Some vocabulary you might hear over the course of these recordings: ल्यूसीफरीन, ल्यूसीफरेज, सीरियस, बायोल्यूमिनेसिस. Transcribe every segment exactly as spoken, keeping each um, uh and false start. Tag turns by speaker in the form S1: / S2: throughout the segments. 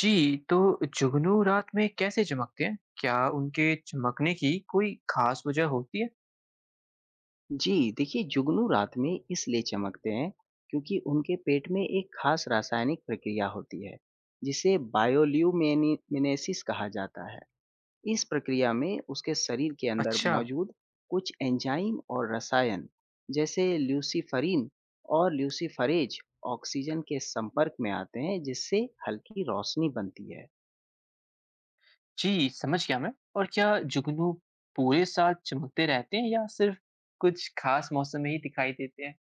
S1: जी, तो जुगनू रात में कैसे चमकते हैं? क्या उनके चमकने की कोई खास वजह होती है?
S2: जी, देखिए जुगनू रात में इसलिए चमकते हैं क्योंकि उनके पेट में एक खास रासायनिक प्रक्रिया होती है, जिसे बायोल्यूमिनेसिस कहा जाता है। इस प्रक्रिया में उसके शरीर के अंदर
S1: अच्छा,
S2: मौजूद कुछ एंजाइम और रसायन, जैसे ल्यूसीफरीन और ल्यूसीफरेज, ऑक्सीजन के संपर्क में आते हैं, जिससे हल्की रोशनी बनती है।
S1: जी, समझ गया मैं। और क्या जुगनू पूरे साल चमकते रहते हैं या सिर्फ कुछ खास मौसम में ही दिखाई देते हैं?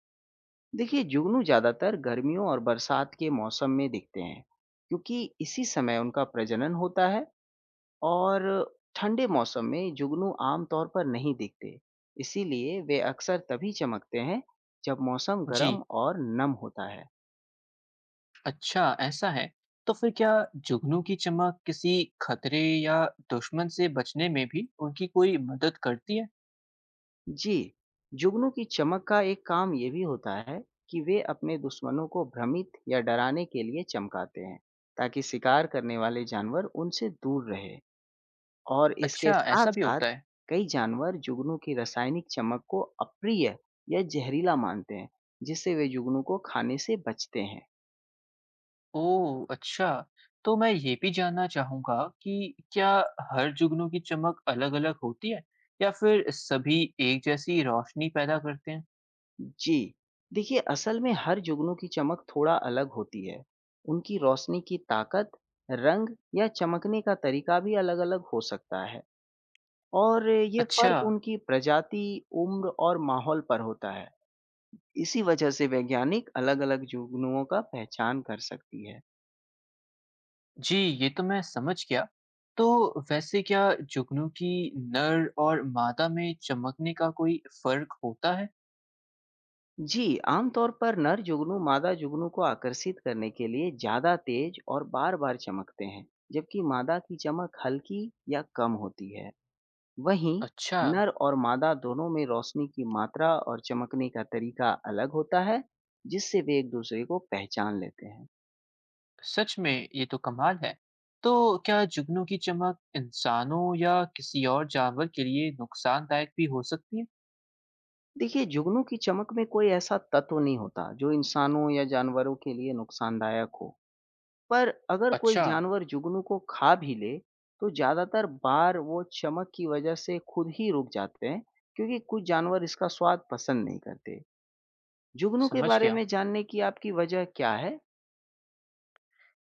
S2: देखिए, जुगनू ज़्यादातर गर्मियों और बरसात के मौसम में दिखते हैं, क्योंकि इसी समय उनका प्रजनन होता है। और ठंडे मौसम में जुगनू आम तौर पर नहीं दिखते, इसीलिए वे अक्सर तभी चमकते हैं जब मौसम गर्म
S1: जी,
S2: और नम होता है।
S1: अच्छा, ऐसा है। तो फिर क्या जुगनू की चमक किसी खतरे या दुश्मन से बचने में भी उनकी कोई मदद करती है?
S2: जी, जुगनू की चमक का एक काम ये भी होता है कि वे अपने दुश्मनों को भ्रमित या डराने के लिए चमकाते हैं, ताकि शिकार करने वाले जानवर उनसे दूर रहे। और इसके
S1: अच्छा, ऐसा भी
S2: साथ-साथ
S1: होता है।
S2: कई जानवर जुगनू की रासायनिक चमक को अप्रिय या जहरीला मानते हैं, जिससे वे जुगनू को खाने से बचते हैं।
S1: ओह! अच्छा। तो मैं ये भी जानना चाहूँगा कि क्या हर जुगनू की चमक अलग-अलग होती है या फिर सभी एक जैसी रोशनी पैदा करते हैं?
S2: जी। देखिए, असल में हर जुगनू की चमक थोड़ा अलग होती है। उनकी रोशनी की ताकत, रंग या चमकने का तरीका भी अलग-अलग हो सकता है, और ये
S1: अच्छा,
S2: फ़र्क उनकी प्रजाति, उम्र और माहौल पर होता है। इसी वजह से वैज्ञानिक अलग-अलग जुगनुओं का पहचान कर सकती है।
S1: जी, ये तो मैं समझ गया। तो वैसे क्या जुगनू की नर और मादा में चमकने का कोई फ़र्क होता है?
S2: जी, आमतौर पर नर जुगनू मादा जुगनू को आकर्षित करने के लिए ज़्यादा तेज़ और बार-बार चमकते हैं, जबकि मादा की चमक हल्की या कम होती है। वहीं
S1: अच्छा,
S2: नर और मादा दोनों में रोशनी की मात्रा और चमकने का तरीका अलग होता है, जिससे वे एक दूसरे को पहचान लेते हैं।
S1: सच में ये तो कमाल है। तो क्या जुगनू की चमक इंसानों या किसी और जानवर के लिए नुकसानदायक भी हो सकती है?
S2: देखिए, जुगनू की चमक में कोई ऐसा तत्व नहीं होता जो इंसानों या जानवरों के लिए नुकसानदायक हो। पर अगर कोई
S1: अच्छा,
S2: जानवर जुगनू को खा भी ले, तो ज्यादातर बार वो चमक की वजह से खुद ही रुक जाते हैं, क्योंकि कुछ जानवर इसका स्वाद पसंद नहीं करते। जुगनू के
S1: समझ
S2: बारे
S1: गया।
S2: में जानने की आपकी वजह क्या है?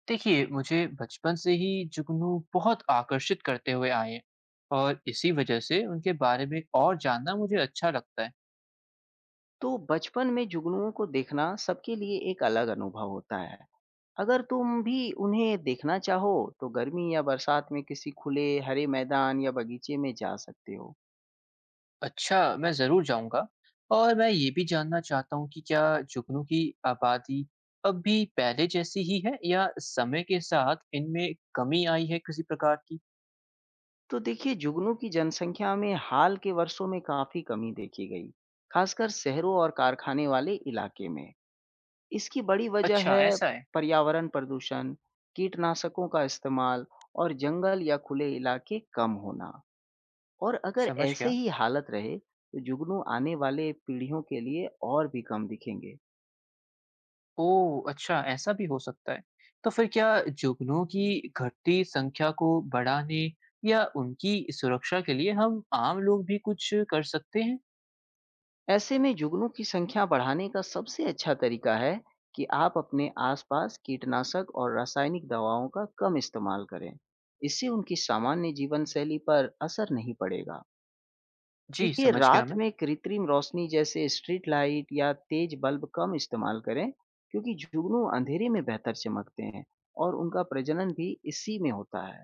S1: देखिए, मुझे बचपन से ही जुगनू बहुत आकर्षित करते हुए आए हैं और इसी वजह से उनके बारे में और जानना मुझे अच्छा लगता है।
S2: तो बचपन में जुगनुओं को देखना सबके लिए एक अलग अनुभव होता है। अगर तुम भी उन्हें देखना चाहो, तो गर्मी या बरसात में किसी खुले हरे मैदान या बगीचे में जा सकते हो।
S1: अच्छा, मैं ज़रूर जाऊँगा और मैं ये भी जानना चाहता हूँ कि क्या जुगनू की आबादी अब भी पहले जैसी ही है या समय के साथ इनमें कमी आई है किसी प्रकार की?
S2: तो देखिए, जुगनू की जनसंख्या में हाल के वर्षों में काफी कमी देखी गई, खासकर शहरों और कारखाने वाले इलाके में। इसकी बड़ी वजह
S1: अच्छा,
S2: है
S1: ऐसा है।
S2: पर्यावरण प्रदूषण, कीटनाशकों का इस्तेमाल और जंगल या खुले इलाके कम होना। और अगर
S1: समझ
S2: ऐसे
S1: गया।
S2: ही हालत रहे, तो जुगनू आने वाले पीढ़ियों के लिए और भी कम दिखेंगे।
S1: ओह! अच्छा, ऐसा भी हो सकता है। तो फिर क्या जुगनुओं की घटती संख्या को बढ़ाने या उनकी सुरक्षा के लिए हम आम लोग भी कुछ कर सकते हैं?
S2: ऐसे में जुगनू की संख्या बढ़ाने का सबसे अच्छा तरीका है कि आप अपने आसपास कीटनाशक और रासायनिक दवाओं का कम इस्तेमाल करें। इससे उनकी सामान्य जीवन शैली पर असर नहीं पड़ेगा।
S1: जी,
S2: देखिए,
S1: समझ गया
S2: रात
S1: मैं।
S2: में कृत्रिम रोशनी जैसे स्ट्रीट लाइट या तेज बल्ब कम इस्तेमाल करें, क्योंकि जुगनू अंधेरे में बेहतर चमकते हैं और उनका प्रजनन भी इसी में होता है।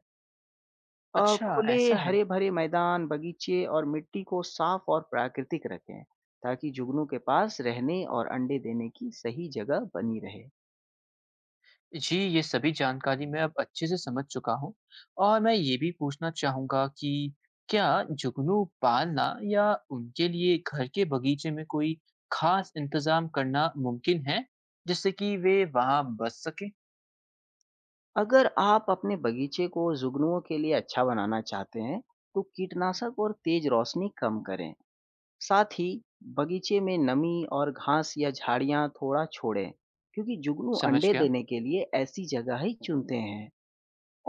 S2: अ,
S1: अच्छा,
S2: खुले
S1: ऐसा है।
S2: हरे-भरे मैदान, बगीचे और मिट्टी को साफ और प्राकृतिक रखें, ताकि जुगनू के पास रहने और अंडे देने की सही जगह बनी रहे।
S1: जी, ये सभी जानकारी मैं अब अच्छे से समझ चुका हूँ और मैं ये भी पूछना चाहूँगा कि क्या जुगनू पालना या उनके लिए घर के बगीचे में कोई खास इंतज़ाम करना मुमकिन है, जिससे कि वे वहाँ बस सकें?
S2: अगर आप अपने बगीचे को जुगनुओं के लिए अच्छा बनाना चाहते हैं, तो कीटनाशक और तेज रोशनी कम करें। साथ ही बगीचे में नमी और घास या झाड़ियाँ थोड़ा छोड़ें, क्योंकि जुगनू
S1: समझ
S2: अंडे
S1: गया।
S2: देने के लिए ऐसी जगह ही चुनते हैं।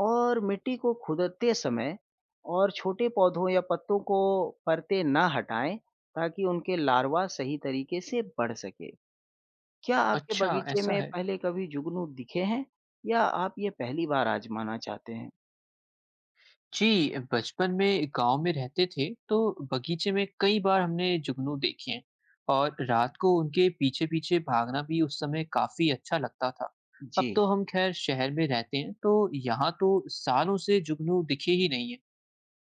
S2: और मिट्टी को खुदते समय और छोटे पौधों या पत्तों को परते ना हटाएं, ताकि उनके लार्वा सही तरीके से बढ़ सके। क्या आपके
S1: अच्छा,
S2: बगीचे
S1: ऐसा
S2: में
S1: है।
S2: पहले कभी जुगनू दिखे हैं या आप ये पहली बार आजमाना चाहते हैं?
S1: जी, बचपन में गांव में रहते थे तो बगीचे में कई बार हमने जुगनू देखे हैं और रात को उनके पीछे पीछे भागना भी उस समय काफी अच्छा लगता था।
S2: जी।
S1: अब तो हम खैर शहर में रहते हैं तो यहाँ तो सालों से जुगनू दिखे ही नहीं है।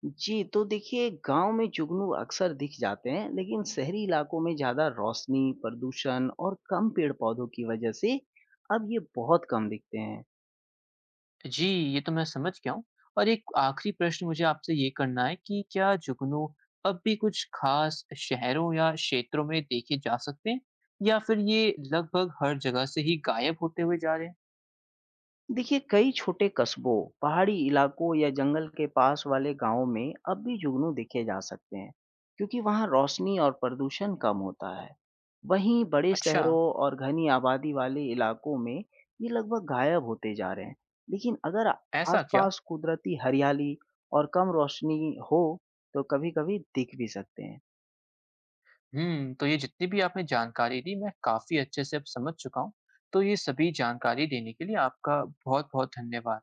S2: जी, तो देखिए, गांव में जुगनू अक्सर दिख जाते हैं, लेकिन शहरी इलाकों में ज़्यादा रोशनी, प्रदूषण और कम पेड़-पौधों की वजह से अब ये बहुत कम दिखते हैं।
S1: जी, ये तो मैं समझ गया हूँ और एक आखिरी प्रश्न मुझे आपसे ये करना है कि क्या जुगनू अब भी कुछ खास शहरों या क्षेत्रों में देखे जा सकते हैं या फिर ये लगभग हर जगह से ही गायब होते हुए जा रहे हैं?
S2: देखिए, कई छोटे कस्बों, पहाड़ी इलाकों या जंगल के पास वाले गांवों में अब भी जुगनू देखे जा सकते हैं, क्योंकि वहां रोशनी और प्रदूषण कम होता है। वहीं बड़े
S1: अच्छा।
S2: शहरों और घनी आबादी वाले इलाकों में ये लगभग गायब होते जा रहे हैं। लेकिन अगर
S1: ऐसा क्या?
S2: आसपास कुदरती हरियाली और कम रोशनी हो, तो कभी-कभी दिख भी सकते हैं।
S1: हुँ, तो ये जितनी भी आपने जानकारी दी मैं काफ़ी अच्छे से अब समझ चुका हूँ। तो ये सभी जानकारी देने के लिए आपका बहुत-बहुत धन्यवाद।